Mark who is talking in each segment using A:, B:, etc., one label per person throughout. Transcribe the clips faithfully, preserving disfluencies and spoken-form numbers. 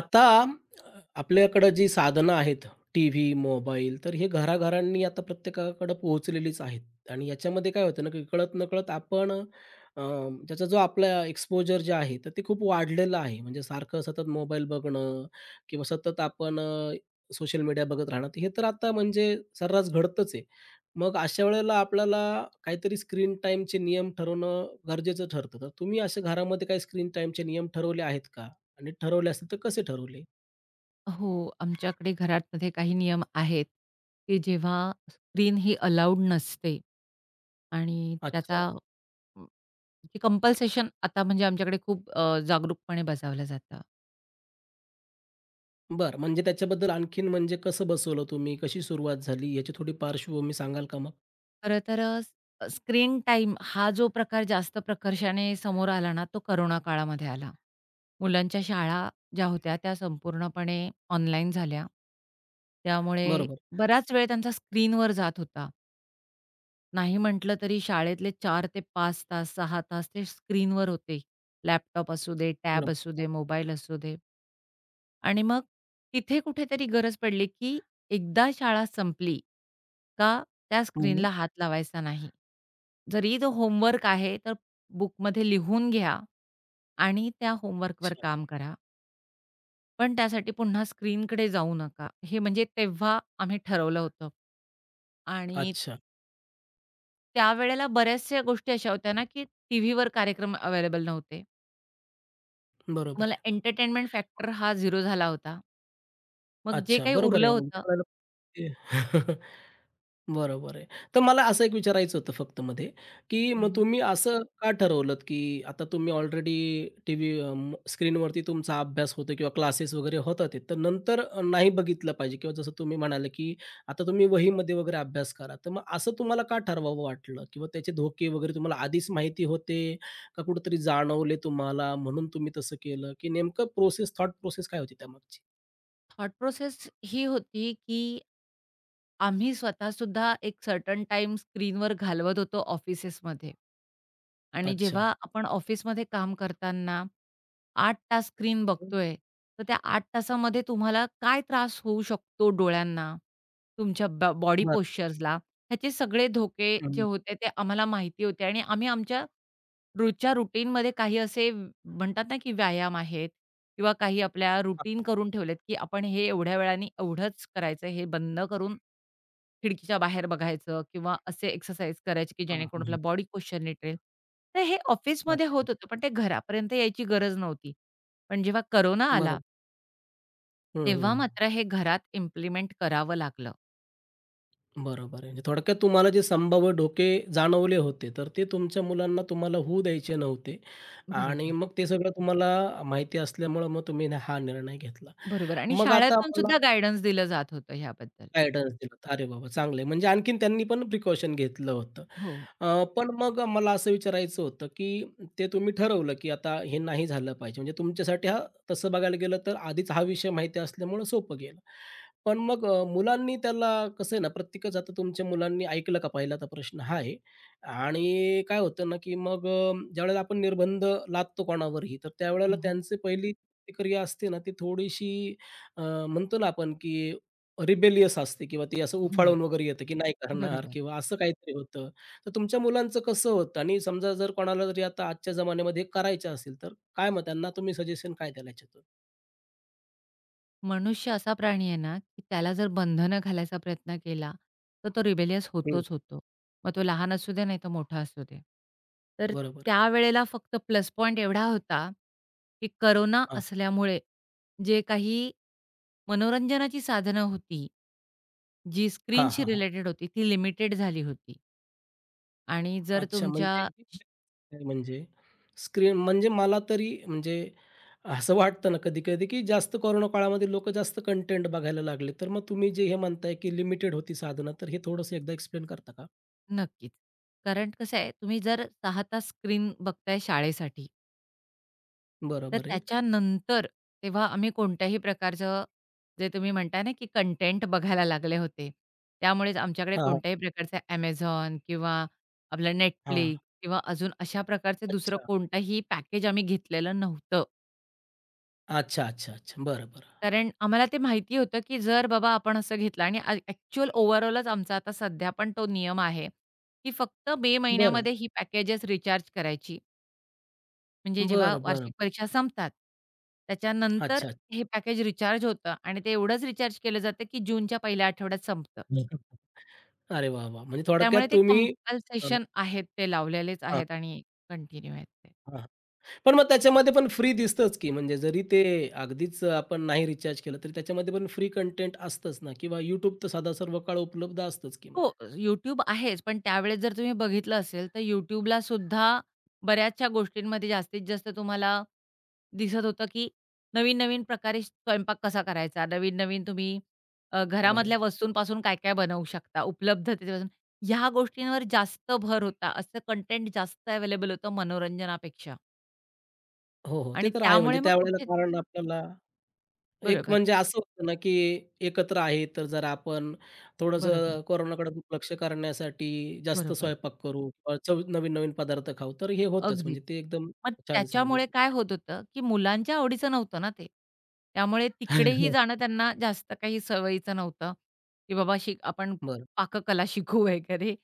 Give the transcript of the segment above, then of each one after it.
A: आता अ, आपल्याकडं जी साधनं आहेत, टीव्ही, मोबाईल, तर हे घराघरांनी आता प्रत्येकाकडं पोहोचलेलीच आहेत. आणि याच्यामध्ये काय होतं ना, की कळत-नकळत आपण अ, त्याचा जो आपला एक्सपोजर जे आहे, तर ते खूप वाढलेलं आहे. म्हणजे सारखं सतत मोबाईल बघणं किंवा सतत आपण सोशल मीडिया बघत राहणं, हे तर आता म्हणजे सर्रास घडतंच आहे. मग अशा वेळेला आपल्याला काहीतरी स्क्रीन टाईमचे नियम ठरवणं गरजेचं ठरतं. तर तुम्ही असे घरामध्ये काही स्क्रीन टाईमचे नियम ठरवले आहेत का? आणि ठरवले असेल तर कसे ठरवले?
B: हो, आमच्याकडे घरामध्ये काही नियम आहेत, की जेव्हा स्क्रीन ही अलाउड नसते आणि त्याचा
A: अच्छा.
B: अ, कंपल्सेशन आता म्हणजे आमच्याकडे खूप अ, जागरूकपणे बजावलं जातं.
A: बरं म्हणजे त्याच्याबद्दल आणखीन म्हणजे कसं बसवलं तुम्ही? कशी सुरुवात झाली? याची थोडी पार्श्वभूमी सांगाल का मग?
B: खरं तर अ, स्क्रीन टाईम हा जो प्रकार जास्त प्रकर्षाने समोर आला ना, तो करोना काळामध्ये आला. मुलांच्या शाळा ज्या होत्या त्या संपूर्णपणे ऑनलाईन झाल्या. त्यामुळे
A: बरोबर,
B: बराच वेळ त्यांचा स्क्रीनवर जात होता. नाही म्हटलं तरी शाळेतले चार ते पाच तास, सहा तास ते स्क्रीनवर होते. लॅपटॉप असू दे, टॅब
A: बरोबर.
B: असू दे, मोबाईल असू दे आणि मग तिथे कुठेतरी गरज पडली, की एकदा शाळा संपली का त्या
A: हं.
B: स्क्रीनला हात लावायचा नाही. जरी तो होमवर्क आहे, तर बुकमध्ये लिहून घ्या आणि त्या होमवर्कवर
A: अच्छा,
B: काम करा. पण त्यासाठी पुन्हा स्क्रीनकडे जाऊ नका. हे म्हणजे तेव्हा आम्ही ठरवलं होतं आणि
A: अच्छा.
B: त्यावेळेला बऱ्याचशा गोष्टी अशा होत्या ना, की टीव्हीवर कार्यक्रम अवेलेबल नव्हते.
A: बरोबर
B: मला
A: आहे.
B: एंटरटेनमेंट फॅक्टर हा शून्य झाला होता. मग जे
A: अच्छा,
B: काही
A: बरोबर
B: उरलं
A: आहे. म्हणजे
B: होतं
A: त्यावेळेला बरोबर आहे. तर मला असं एक विचारायचं होतं फक्त मध्ये, की मग
B: हं,
A: तुम्ही असं का ठरवलत, की आता तुम्ही ऑलरेडी टीव्ही अ, स्क्रीनवरती तुमचा अभ्यास होतो किंवा क्लासेस वगैरे होतात, ते, तर नंतर नाही बघितलं पाहिजे किंवा जसं तुम्ही म्हणाले, की आता तुम्ही वहीमध्ये वगैरे अभ्यास करा. तर मग असं तुम्हाला का ठरवावं वाटलं किंवा त्याचे धोके वगैरे तुम्हाला आधीच माहिती होते का कुठेतरी जाणवले तुम्हाला म्हणून तुम्ही तसं केलं, की नेमकं प्रोसेस थॉट प्रोसेस काय होती त्यामागची?
B: थॉट प्रोसेस ही होती, की आम्ही स्वतःसुद्धा एक सर्टन टाइम स्क्रीनवर घालवत होतो ऑफिसेसमध्ये. आणि
A: अच्छा.
B: जेव्हा आपण ऑफिसमध्ये काम करताना आठ तास स्क्रीन बघतोय, तर त्या आठ तासामध्ये तुम्हाला काय त्रास होऊ शकतो डोळ्यांना, तुमच्या ब बॉडी
A: बरं.
B: पोश्चर्सला, ह्याचे सगळे धोके
A: हं,
B: जे
A: हं.
B: होते ते आम्हाला माहिती होते आणि आम्ही आमच्या रोजच्या रुटीनमध्ये काही असे म्हणतात ना, की व्यायाम आहेत किंवा काही आपल्या रुटीन
A: हां,
B: करून ठेवलेत, की आपण हे एवढ्या वेळाने एवढंच करायचं, हे बंद करून खिडकीच्या बाहेर बघायचं किंवा असे एक्सरसाइज करायचे, की
A: हां,
B: जेणेकरून आपला
A: हां.
B: बॉडी पोश्चर नीट राहील. तर हे ऑफिसमध्ये होत
A: अच्छा, अच्छा.
B: होतं, पण ते घरापर्यंत यायची गरज नव्हती. पण जेव्हा कोरोना आला,
A: बरोबर. हं,
B: तेव्हा
A: हं.
B: मात्र हे घरात इम्प्लिमेंट करावं लागलं.
A: बरोबर आहे. म्हणजे थोडक्यात तुम्हाला जे संभाव्य धोके जाणवले होते, तर ते तुमच्या मुलांना तुम्हाला होऊ द्यायचे नव्हते आणि
B: बरोबर.
A: मग ते सगळं तुम्हाला माहिती असल्यामुळं मग तुम्ही हा निर्णय घेतला.
B: बरोबर आणि
A: मग आता
B: शाळेतून सुद्धा
A: मला
B: गाईडन्स दिलं जात होतं ह्याबद्दल.
A: गाईडन्स दिला होता. अरे बाबा! चांगलं आहे. म्हणजे आणखीन त्यांनी पण प्रिकॉशन घेतलं होतं.
B: हो.
A: अ, पण मग मला असं विचारायचं होतं, की ते तुम्ही ठरवलं, की आता हे नाही झालं पाहिजे. म्हणजे तुमच्यासाठी हा तसं बघायला गेलं तर आधीच हा विषय माहिती असल्यामुळं सोपं गेलं. पण मग अ, मुलांनी त्याला कसं आहे ना, प्रत्येकच आता तुमच्या मुलांनी ऐकलं का पहिला तर प्रश्न हा आहे. आणि काय होतं ना, की मग अ, ज्यावेळेला आपण निर्बंध लादतो कोणावरही, तर त्यावेळेला
B: हं,
A: त्यांची पहिली प्रतिक्रिया असते ना, ती थोडीशी अ, म्हणतो ना आपण, की रिबेलियस असते किंवा ती असं
B: हं.
A: उफाळून वगैरे येतं, की नाही करणार
B: बरोबर.
A: किंवा असं काहीतरी होतं. तर तुमच्या मुलांचं कसं होतं? आणि समजा जर कोणाला जरी आता आजच्या जमान्यामध्ये हे करायचं असेल, तर काय मग त्यांना तुम्ही सजेशन काय द्याल याच्यातून?
B: मनुष्य असा प्राणी आहे ना, की त्याला जर बंधनं घालायचा प्रयत्न केला, तर तो रिबेलियस
A: हं.
B: होतोच होतो. मग तो लहान असू दे, नाहीतर मोठा असू दे. तर
A: बरोबर आहे.
B: त्यावेळेला फक्त प्लस पॉइंट एवढा होता, की कोरोना
A: हां,
B: असल्यामुळे जे काही मनोरंजनाची साधनं होती, जी
A: हां,
B: स्क्रीनशी
A: हां, हां.
B: रिलेटेड होती, ती लिमिटेड झाली होती. आणि जर
A: अच्छा
B: तुमच्या
A: म्हणजे काय, म्हणजे स्क्रीन म्हणजे मला तरी म्हणजे असं वाटतं ना कधी-कधी, की जास्त कोरोना काळामध्ये लोकं जास्त कंटेंट बघायला लागले. तर मग तुम्ही जे हे म्हणताय, की लिमिटेड होती साधनं, तर हे थोडंसं एकदा एक्सप्लेन करता का?
B: नक्कीच. कारण कसं आहे, तुम्ही जर सहा तास स्क्रीन बघताय शाळेसाठी तर
A: बरोबर आहे.
B: त्याच्यानंतर तेव्हा आम्ही कोणत्याही प्रकारचं जे तुम्ही म्हणताय ना, की कंटेंट बघायला लागले होते. त्यामुळेच आमच्याकडे
A: हां,
B: कोणत्याही प्रकारचं Amazon किंवा आपलं
A: हां.
B: Netflix किंवा अजून अशा प्रकारचे दुसरं
A: अच्छा.
B: कोणतंही पॅकेज आम्ही घेतलेलं नव्हतं.
A: अच्छा, अच्छा, अच्छा. बरं, बरं.
B: कारण आम्हाला ते माहिती होतं, की जर बाबा आपण असं घेतलं आणि अ ओव्हरऑलच आमचा आता सध्या पण तो नियम आहे, की फक्त मे
A: बरं.
B: महिन्यामध्ये ही पॅकेजेस रिचार्ज करायची. म्हणजे जेव्हा
A: बरं,
B: वार्षिक
A: बरं.
B: परीक्षा संपतात, त्याच्यानंतर
A: अच्छा,
B: हे पॅकेज रिचार्ज होतं आणि ते एवढंच रिचार्ज केलं जातं, की जूनच्या पहिल्या आठवड्यात संपतं.
A: अच्छा. अरे वाह, वाह! म्हणजे थोडक्यात
B: त्यामुळे ते
A: तुम्ही अ,
B: कंपल्सेशन आहेत, ते लावलेलेच
A: हां,
B: आहेत आणि कंटिन्यू आहेत ते.
A: हां. पण मग त्याच्यामध्ये पण फ्री दिसतंच की म्हणजे जरी ते अगदीच आपण नाही रिचार्ज केलं, तरी त्याच्यामध्ये पण फ्री कंटेंट असतंच ना किंवा यूट्यूब तर सदा सर्वकाळ उपलब्ध असतंच की मग.
B: हो, YouTube आहेच, पण त्यावेळेस जर तुम्ही बघितलं असेल, तर YouTubeला सुद्धा बऱ्याचशा गोष्टींमध्ये जास्तीत जास्त तुम्हाला दिसत होतं, की नवीन-नवीन प्रकारे स्वयंपाक कसा करायचा, नवीन-नवीन तुम्ही अ,
A: बरोबर
B: घरामधल्या
A: आहे.
B: वस्तूंपासून काय-काय बनवू शकता, उपलब्धतेपासून ह्या गोष्टींवर जास्त भर होता. असं कंटेंट जास्त अवेलेबल होतं मनोरंजनापेक्षा
A: हो, हो. ते
B: आणि
A: तर आहे म्हणजे
B: त्यामुळे मग
A: त्यावेळेला कारण
B: कुठेतरी
A: आपल्याला एक
B: बरोबर,
A: म्हणजे असं होतं ना, की एकत्र आहे, तर जरा आपण
B: बरोबर,
A: थोडंसं कोरोनाकडे दुर्लक्ष करण्यासाठी जास्त
B: बरोबर.
A: स्वयंपाक करू किंवा चव नवीन-नवीन पदार्थ खाऊ. तर हे होतंच
B: अगदीच.
A: म्हणजे ते एकदम
B: मग
A: छान
B: त्याच्यामुळे काय
A: सांगितलं.
B: होत होतं, की मुलांच्या आवडीचं नव्हतं ना ते. त्यामुळे तिकडेही जाणं त्यांना जास्त काही सवयीचं नव्हतं, की बाबा शिक आपण
A: बरं.
B: पाककला शिकू वगैरे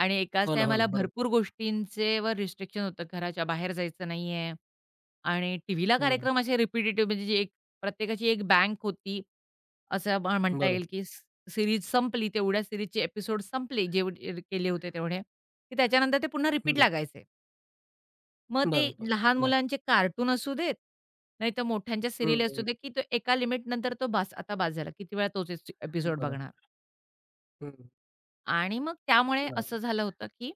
B: आणि एकाच
A: हो ना, हो
B: टाईमाला
A: ना. बरोबर.
B: भरपूर गोष्टींचे वर रिस्ट्रिक्शन होतं. घराच्या बाहेर जायचं नाहीये आणि टीव्हीला
A: हो ना.
B: कार्यक्रम असे रिपिटेटिव्ह म्हणजे जे एक प्रत्येकाची एक बँक होती. असं म्ह म्हणता येईल,
A: बरोबर.
B: की स संपली, तेवढ्या सीरीजचे एपिसोड संपले, जे केले होते तेवढे, की त्याच्यानंतर ते पुन्हा रिपीट
A: हं.
B: लागायचे. मग ते
A: बरोबर.
B: लहान
A: बरं.
B: मुलांचे कार्टून असू देत, नाहीतर मोठ्यांच्या
A: हं,
B: सीरियल असू
A: हं.
B: दे, की तो एका लिमिट लिमिटनंतर तो बास, आता बास झाला. किती वेळा तोच एस एपिसोड बघणार?
A: बरोबर. हं.
B: आणि मग त्यामुळे असं
A: बरोबर.
B: झालं होतं, की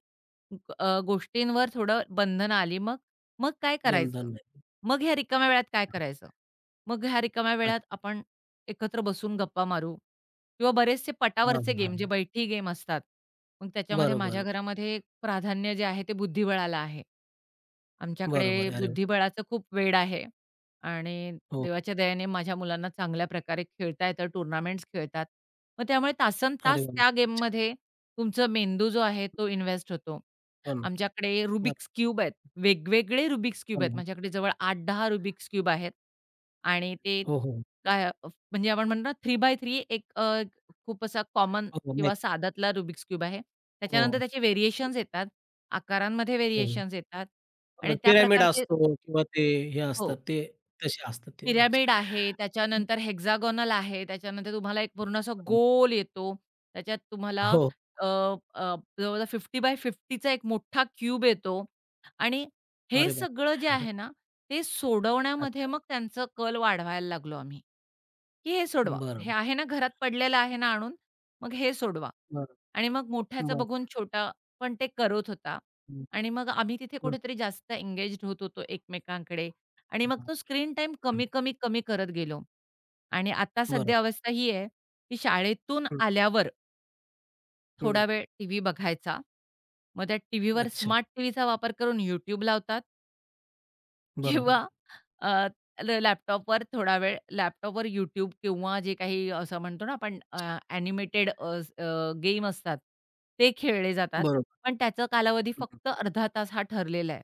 B: अ, गोष्टींवर थोडं बंधनं आली. मग मग काय करायचं?
A: बंधन नाही.
B: मग ह्या रिकाम्या वेळात काय करायचं? मग ह्या रिकाम्या वेळात
A: अच्छा.
B: आपण एकत्र बसून गप्पा मारू किंवा बरेचसे
A: हां,
B: पटावरचे गेम,
A: हां.
B: जे बैठी गेम असतात. मग त्याच्यामध्ये
A: बरोबर
B: माझ्या
A: आहे.
B: घरामध्ये प्राधान्य जे आहे ते बुद्धिबळाला आहे.
A: बरोबर
B: आमच्याकडे
A: आहे. अरे वाह!
B: बुद्धिबळाचं खूप वेड आहे आणि
A: हो.
B: देवाच्या दयेने माझ्या मुलांना चांगल्या प्रकारे खेळता येतं, टुर्नामेंट्स खेळतात. मग त्यामुळे
A: अरे
B: तासनतास
A: वाह!
B: त्या
A: अच्छा.
B: गेममध्ये तुमचा मेंदू जो आहे तो इन्व्हेस्ट होतो.
A: हो ना.
B: आमच्याकडे
A: बरं.
B: रुबिक्स क्यूब आहेत. वेगवेगळे रुबिक्स
A: हो
B: क्यूब आहेत.
A: ना.
B: माझ्याकडे जवळ आठ ते दहा रुबिक्स क्यूब आहेत आणि ते
A: हो, हो.
B: काय अ, म्हणजे आपण म्हणतो ना तीन बाय तीन एक अ, खूप असा कॉमन
A: हो, हो. नाही.
B: किंवा साध्यातला रुबिक्स क्यूब आहे. त्याच्यानंतर
A: हो,
B: त्याचे व्हेरिएशन्स येतात, आकारांमध्ये
A: हो.
B: व्हेरिएशन्स येतात. आणि
A: तर
B: त्या
A: पिरॅमिड
B: प्रकारचे
A: असतो किंवा ते हे असतात
B: हो,
A: ते तसे असतात ते. अच्छा.
B: पिरॅमिड आहे, त्याच्यानंतर हेक्सागोनल आहे, त्याच्यानंतर तुम्हाला एक पूर्ण असा
A: बरोबर.
B: गोल येतो. त्याच्यात तुम्हाला
A: हो.
B: अ, अ, जवळ-जवळ पन्नास बाय पन्नास चा एक मोठा क्यूब येतो आणि हे
A: अरे
B: सगळं जे
A: बापरे!
B: आहे ना, ते सोडवण्यामध्ये
A: अच्छा.
B: मग त्यांचं कल वाढवायला लागलो आम्ही. की हे सोडवा. हे
A: बरोबर.
B: आहे ना घरात पडलेलं आहे ना आणून, मग हे सोडवा.
A: बरं,
B: आणि मग मोठ्याचं
A: बरं.
B: बघून छोटा पण ते करत होता.
A: हं,
B: आणि मग आम्ही तिथे
A: बरं,
B: कुठेतरी जास्त एंगेज्ड होत होतो एकमेकांकडे आणि मग
A: बरं.
B: तो स्क्रीन टाईम
A: हं,
B: कमी, कमी, कमी करत गेलो. आणि आता सध्या
A: बरोबर.
B: अवस्था ही आहे, की शाळेतून
A: हं,
B: आल्यावर
A: हं.
B: थोडा वेळ टीव्ही बघायचा. मग त्या टीव्हीवर
A: अच्छा.
B: स्मार्ट टीव्हीचा वापर करून YouTube लावतात.
A: बरोबर
B: किंवा
A: आहे.
B: अ, ल लॅपटॉपवर थोडा वेळ लॅपटॉपवर YouTube किंवा जे काही असं म्हणतो ना आपण अ, ॲनिमेटेड गेम असतात, ते खेळले जातात.
A: बरोबर.
B: पण त्याचा कालावधी
A: हं, हं.
B: फक्त अर्धा तास हा ठरलेला आहे.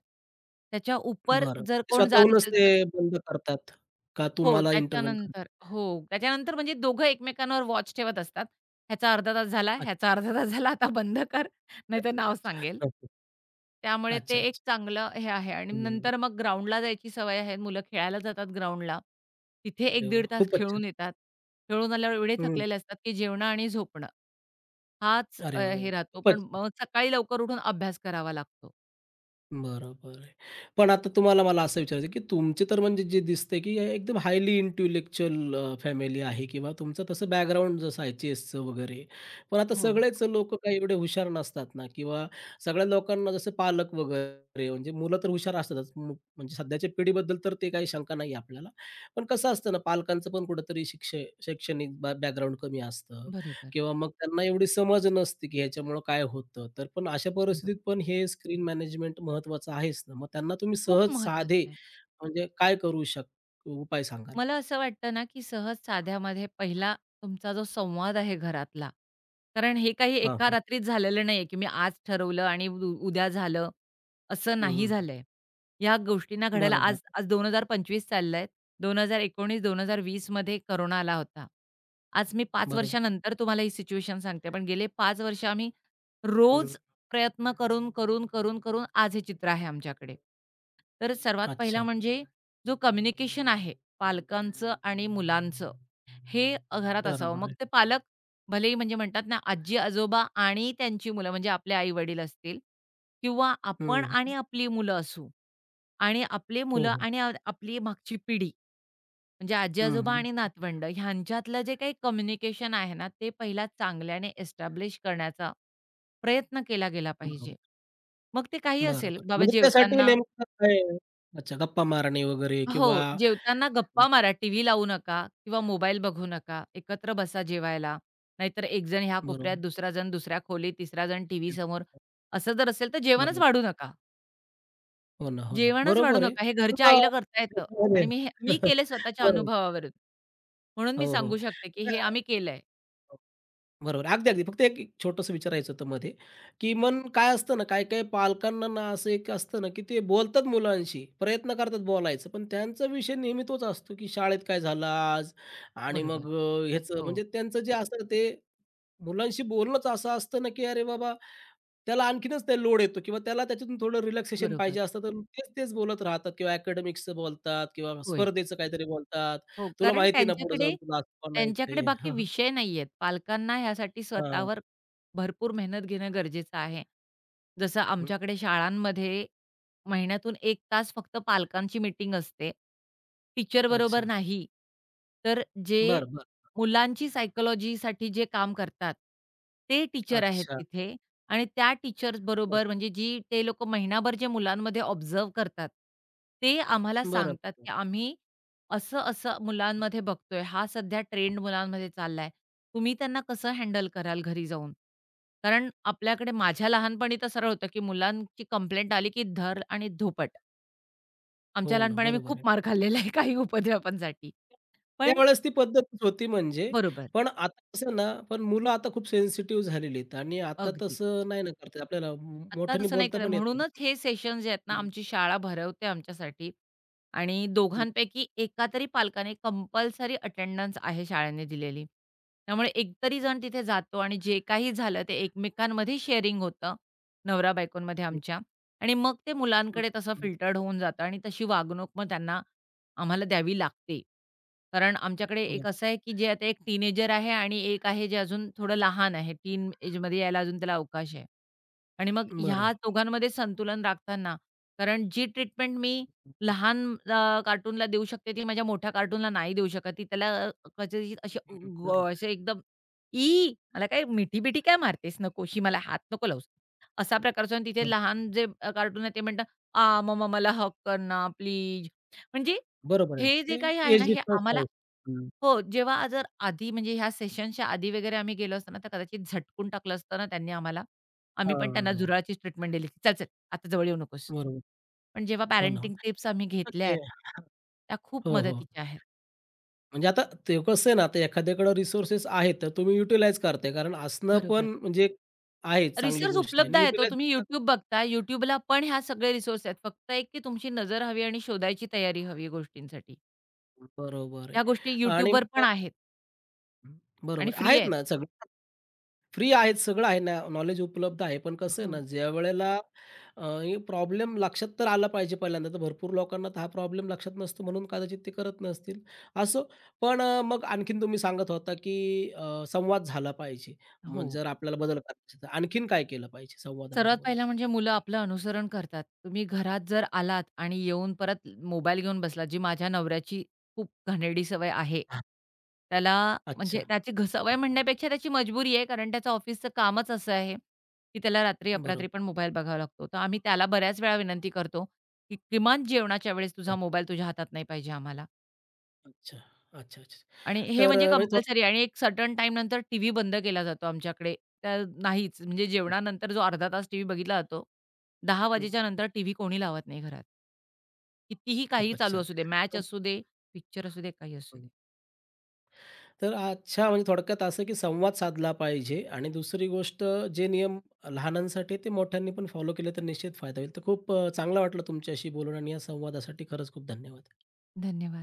B: त्याच्या उपर
A: बरं.
B: जर
A: ते
B: कोण जात
A: स्वतःहूनच
B: असेल
A: ते
B: तर
A: बंद करतात का
B: हो,
A: तुम्हाला इंटरव्हेंट करतात?
B: त्याच्यानंतर हो, त्याच्यानंतर म्हणजे दोघं एकमेकांवर वॉच ठेवत असतात. ह्याचा अर्धा तास झाला, ह्याचा अर्धा तास झाला, आता बंद कर, नाहीतर
A: अच्छा,
B: नाव सांगेल.
A: अच्छा.
B: त्यामुळे ते
A: अच्छा,
B: एक
A: अच्छा.
B: चांगलं हे आहे आणि
A: हं.
B: नंतर मग ग्राउंडला जायची सवय आहे. मुलं खेळायला जातात ग्राउंडला. तिथे
A: अरे वाह!
B: एक ते दीड तास
A: खूपच छान.
B: खेळून येतात. खेळून आल्यावर एवढे
A: हं.
B: थकलेले असतात, की जेवणं आणि झोपणं. हाच अ,
A: अरे वाह! वाह!
B: हे राहतो. पण
A: खूपच छान.
B: मग सकाळी लवकर उठून अभ्यास करावा लागतो.
A: बरोबर आहे. पण आता तुम्हाला मला असं विचारायचं, की तुमची तर म्हणजे जे दिसतंय, की एकदम हायली इंटेलेक्चुअल अ, फॅमिली आहे किंवा तुमचं तसं बॅकग्राऊंड जसं आहे चेसचं वगैरे. पण आता
B: हो,
A: सगळेच लोकं काही एवढे हुशार नसतात ना किंवा सगळ्या लोकांना जसं पालक वगैरे म्हणजे मुलं तर हुशार असतातच. मु म्हणजे सध्याच्या पिढीबद्दल तर ते काही शंका नाही आपल्याला. पण कसं असतं ना, पालकांचं पण कुठेतरी शिक्ष शैक्षणिक बॅकग्राऊंड कमी असतं.
B: बरोबर,
A: किंवा मग त्यांना एवढी समज नसते, की ह्याच्यामुळं काय होतं. तर पण अशा
B: बरोबर.
A: परिस्थितीत पण हे स्क्रीन मॅनेजमेंट महत्त्वाचं आहेच ना. मग त्यांना तुम्ही
B: खूप
A: सहज
B: महत्वाचं
A: साधे
B: आहे.
A: म्हणजे काय करू शक उपाय सांगाल?
B: मला असं वाटतं ना, की सहज साध्यामध्ये पहिला तुमचा जो संवाद आहे घरातला, कारण हे काही
A: हां,
B: एका
A: हां.
B: रात्रीत झालेलं नाहीये, की मी आज ठरवलं आणि उ उद्या झालं, असं
A: हं, हं,
B: नाही
A: हं.
B: झालंय. या गोष्टींना घडायला
A: बरोबर,
B: आज आज वीस पंचवीस चाललंय. दोन हजार एकोणीस दोन हजार वीस मध्ये करोना आला होता. आज मी पाच
A: बरोबर.
B: वर्षानंतर तुम्हाला ही सिच्युएशन सांगते, पण गेले पाच वर्ष आम्ही
A: हं.
B: रोज प्रयत्न करून, करून, करून, करून आज हे चित्र आहे आमच्याकडे. तर सर्वात पहिला
A: अच्छा.
B: म्हणजे जो कम्युनिकेशन आहे पालकांचं आणि मुलांचं हे अ, घरात असावं.
A: बरोबर
B: मग
A: आहे.
B: ते पालक भलेही म्हणजे म्हणतात ना, आजी-आजोबा आणि त्यांची मुलं म्हणजे आपले आई-वडील असतील किंवा आपण
A: हं,
B: आणि
A: हं.
B: आपली मुलं असू आणि आपली
A: हो,
B: मुलं
A: हो.
B: आणि आ आपली मागची पिढी म्हणजे
A: हं,
B: आजी-आजोबा
A: हं.
B: आणि नातवंड ह्यांच्यातलं जे काही कम्युनिकेशन आहे ना, ते पहिला चांगल्याने एस्टॅब्लिश करण्याचा प्रयत्न केला गेला पाहिजे.
A: बरोबर,
B: मग ते काही असेल,
A: बरोबर.
B: बाबा
A: म्हणजे त्यासाठी
B: जेवताना
A: नेमकं काय अच्छा, गप्पा मारणे वगैरे
B: हो,
A: किंवा
B: जेवताना गप्पा मारा, टीव्ही लावू नका किंवा मोबाईल बघू नका. एकत्र बसा जेवायला. नाहीतर एक जण ह्या कोपऱ्यात,
A: बरोबर,
B: दुसरा जण दुसऱ्या खोलीत, तिसरा जण टीव्ही समोर. असं जर असेल तर जेवणच
A: बरोबर.
B: वाढू नका.
A: हो ना, हो ना.
B: जेवणच वाढू
A: बरोबर आहे.
B: नका. हे घरच्या
A: किंवा
B: आईला करता येतं आणि मी हे मी केलंय स्वतःच्या
A: बरोबर.
B: अनुभवावरून. म्हणून मी
A: हो,
B: सांगू
A: हो.
B: शकते, की हे आम्ही केलंय.
A: बरोबर. अगदी, अगदी. फक्त एक एक विचारायचं होतं मध्ये, की मन काय असतं ना, काही-काही पालकांना ना असं एक असतं ना, की ते बोलतात मुलांशी, प्रयत्न करतात बोलायचं, पण त्यांचा विषय नेहमी तोच असतो, की शाळेत काय झालं आज? आणि
B: बरोबर.
A: मग अ, ह्याचं
B: हो,
A: म्हणजे त्यांचं जे असतं ते मुलांशी बोलणंच असं असतं ना, की अरे बाबा, त्याला आणखीनच ते लोड येतो किंवा त्याला त्याच्यातून थोडं रिलॅक्सेशन
B: बरोबर.
A: पाहिजे असतं, तर तेच-तेच बोलत राहतात किंवा अकॅडमिक्सचं बोलतात किंवा
B: होय.
A: स्पर्धेचं काहीतरी बोलतात.
B: हो,
A: तुला
B: कारण
A: माहिती ना, पुढे
B: त्यांच्याकडे
A: जाऊन तुला असं
B: त्यांच्याकडे
A: बनायचंय.
B: बाकी विषय नाहीयेत. पालकांना ह्यासाठी
A: हां,
B: स्वतःवर भरपूर मेहनत घेणं गरजेचं आहे. जसं आमच्याकडे शाळांमध्ये महिन्यातून एक तास फक्त पालकांची मीटिंग असते. टीचरबरोबर
A: अच्छा.
B: नाही. तर जे
A: बरं, बरं.
B: मुलांची सायकॉलॉजीसाठी जे काम करतात, ते टीचर आहेत
A: अच्छा.
B: तिथे आणि त्या
A: बरं,
B: टीचर्सबरोबर म्हणजे जी ते लोकं महिनाभर जे मुलांमध्ये ऑब्झर्व्ह करतात, ते आम्हाला
A: बरं,
B: सांगतात,
A: बरं.
B: की आम्ही असं-असं मुलांमध्ये बघतोय, हा सध्या ट्रेंड मुलांमध्ये चाललाय. तुम्ही त्यांना कसं हँडल कराल घरी जाऊन? कारण आपल्याकडे माझ्या लहानपणी तर सरळ होतं, की मुलांची कंप्लेंट आली, की धर आणि धोपट. आमच्या
A: हो ना,
B: लहानपणी मी
A: बरोबर
B: खूप
A: आहे.
B: मार खाल्लेला आहे काही उपद्व्यापांसाठी. पण
A: त्यावेळेस ती पद्धतच होती म्हणजे.
B: बरोबर.
A: पण आता कसं ना, पण मुलं आता खूप सेन्सिटिव्ह झालेली आहेत आणि आता
B: अगदी.
A: तसं नाही ना करता येत. आपल्याला मो
B: आत्ता
A: मोठ्याने
B: तसं नाही
A: बोलता
B: करत.
A: पण येत नाही.
B: म्हणूनच हे सेशन जे आहेत ना,
A: हं,
B: आमची शाळा भरवते आमच्यासाठी आणि
A: हं,
B: दोघांपैकी एका तरी पालकाने कंपल्सरी अटेंडन्स आहे शाळेने दिलेली. त्यामुळे एकतरी जण तिथे जातो आणि जे काही झालं ते एकमेकांमध्ये शेअरिंग होतं, नवरा-बायकोंमध्ये
A: हं,
B: आमच्या आणि मग ते
A: हं,
B: मुलांकडे तसं
A: हं.
B: फिल्टर्ड होऊन जातं आणि तशी वागणूक मग त्यांना आम्हाला द्यावी लागते. कारण आमच्याकडे एक
A: बरं,
B: असं आहे, की जे आता एक टीनेजर आहे आणि एक आहे जे अजून थोडं लहान आहे. टीन एजमध्ये यायला अजून त्याला अवकाश आहे. आणि मग ह्या
A: बरं.
B: दोघांमध्ये संतुलन राखताना कारण जी ट्रीटमेंट मी
A: हं, हं,
B: लहान अ, कार्टूनला देऊ शकते, ती माझ्या मोठ्या कार्टूनला नाही देऊ शकत. ती त्याला कदाचित अशी ग
A: बरोबर,
B: असे एकदम, "ई! मला काय मिठी-बिठी काय मारतेस? नकोशी मला हात नको लावूस." असा प्रकारचा आणि तिथे लहान जे कार्टून आहे ते म्हणतात, "आ, मम्मा मला हग कर ना प्लीज." म्हणजे
A: बरोबर
B: हे जे
A: आहे.
B: काही आहे ना,
A: एज
B: हे
A: डिफरन्स
B: आम्हाला
A: आहे. हं.
B: हो, जेव्हा जर आधी म्हणजे ह्या सेशन्सच्या आधी वगैरे आम्ही गेलो असतो ना, तर कदाचित झटकून टाकलं असतं ना त्यांनी आम्हाला. आम्ही पण त्यांना
A: हां.
B: झुरळाचीच ट्रीटमेंट दिली, की "चल, चल आता जवळ येऊ नकोस."
A: बरोबर.
B: पण जेव्हा
A: हो ना, हो ना.
B: पॅरेंटिंग टिप्स आम्ही
A: पण
B: घेतल्या
A: ते
B: आहेत, त्या खूप
A: हो, हो.
B: मदतीच्या आहेत.
A: म्हणजे आता ते कसं आहे ना, आता एखाद्याकडं रिसोर्सेस आहेत, तर तुम्ही युटिलाइज करताय. कारण असणं पण
B: बरोबर.
A: म्हणजे आहे चांगली
B: रिसोर्स
A: गोष्ट आहे
B: उपलब्ध
A: आणि
B: आहेत हो.
A: युटिलाइज
B: तुम्ही YouTube बघता. YouTubeला पण ह्या सगळे रिसोर्स आहेत. फक्त एक की तुमची नजर हवी आणि शोधायची तयारी हवी गोष्टींसाठी.
A: बरोबर आहे
B: ह्या गोष्टी
A: आणि
B: YouTubeवर पण
A: मग
B: आहेत
A: हं,
B: आणि
A: बरोबर.
B: फ्री
A: आहेत
B: आहेत.
A: ना सगळं फ्री आहेत, सगळं आहे ना, नॉलेज उपलब्ध आहे. पण कसं आहे ना,
B: हो,
A: ज्यावेळेला अ, प्रॉब्लेम लक्षात तर आला पाहिजे पहिल्यांदा. तर भरपूर लोकांना तर हा प्रॉब्लेम लक्षात नसतो म्हणून कदाचित ते करत नसतील, असो. पण अ, मग आणखीन तुम्ही सांगत होता, की अ, संवाद झाला पाहिजे.
B: हो.
A: मग जर आपल्याला बदल करायचा असेल तर आणखीन काय केलं पाहिजे
B: सर्वात पहिला
A: संवादाबरोबरच?
B: म्हणजे मुलं आपलं अनुसरण करतात. तुम्ही घरात जर आलात आणि येऊन परत मोबाईल घेऊन बसलात, जी माझ्या नवऱ्याची खूप घाणेरडी सवय आहे. त्याला म्हणजे
A: अच्छा,
B: त्याची घ सवय म्हणण्यापेक्षा त्याची मजबुरी आहे, कारण त्याचं ऑफिसचं कामच असं आहे, की त्याला रात्री अपरात्री
A: बरोबर.
B: पण मोबाईल बघावा लागतो. तर आम्ही त्याला बऱ्याच वेळा विनंती करतो, की किमान जेवणाच्या वेळेस तुझा मोबाईल तुझ्या हातात नाही पाहिजे आम्हाला.
A: अच्छा, अच्छा, अच्छा.
B: आणि हे
A: तर
B: म्हणजे
A: अ, म्हणजे थोडं
B: कंपल्सरी आणि एक सर्टन टाइम नंतर टीव्ही बंद केला जातो आमच्याकडे. त्या नाहीच म्हणजे जेवणानंतर जो अर्धा तास टीव्ही बघितला जातो, दहा
A: हं,
B: वाजेच्या नंतर टीव्ही कोणी लावत नाही घरात. कितीही काही
A: खूपच
B: चालू
A: छान.
B: असू दे, मॅच असू दे, पिक्चर असू दे, काही असू दे.
A: तर अच्छा म्हणजे थोडक्यात असं की संवाद साधला पाहिजे आणि दुसरी गोष्ट जे नियम लहानांसाठी ते मोठ्यांनी पण फॉलो केले तर निश्चित फायदा होईल. तर खूप अ, चांगलं वाटलं तुमच्याशी बोलून आणि या संवादासाठी खरंच खूप धन्यवाद.
B: धन्यवाद.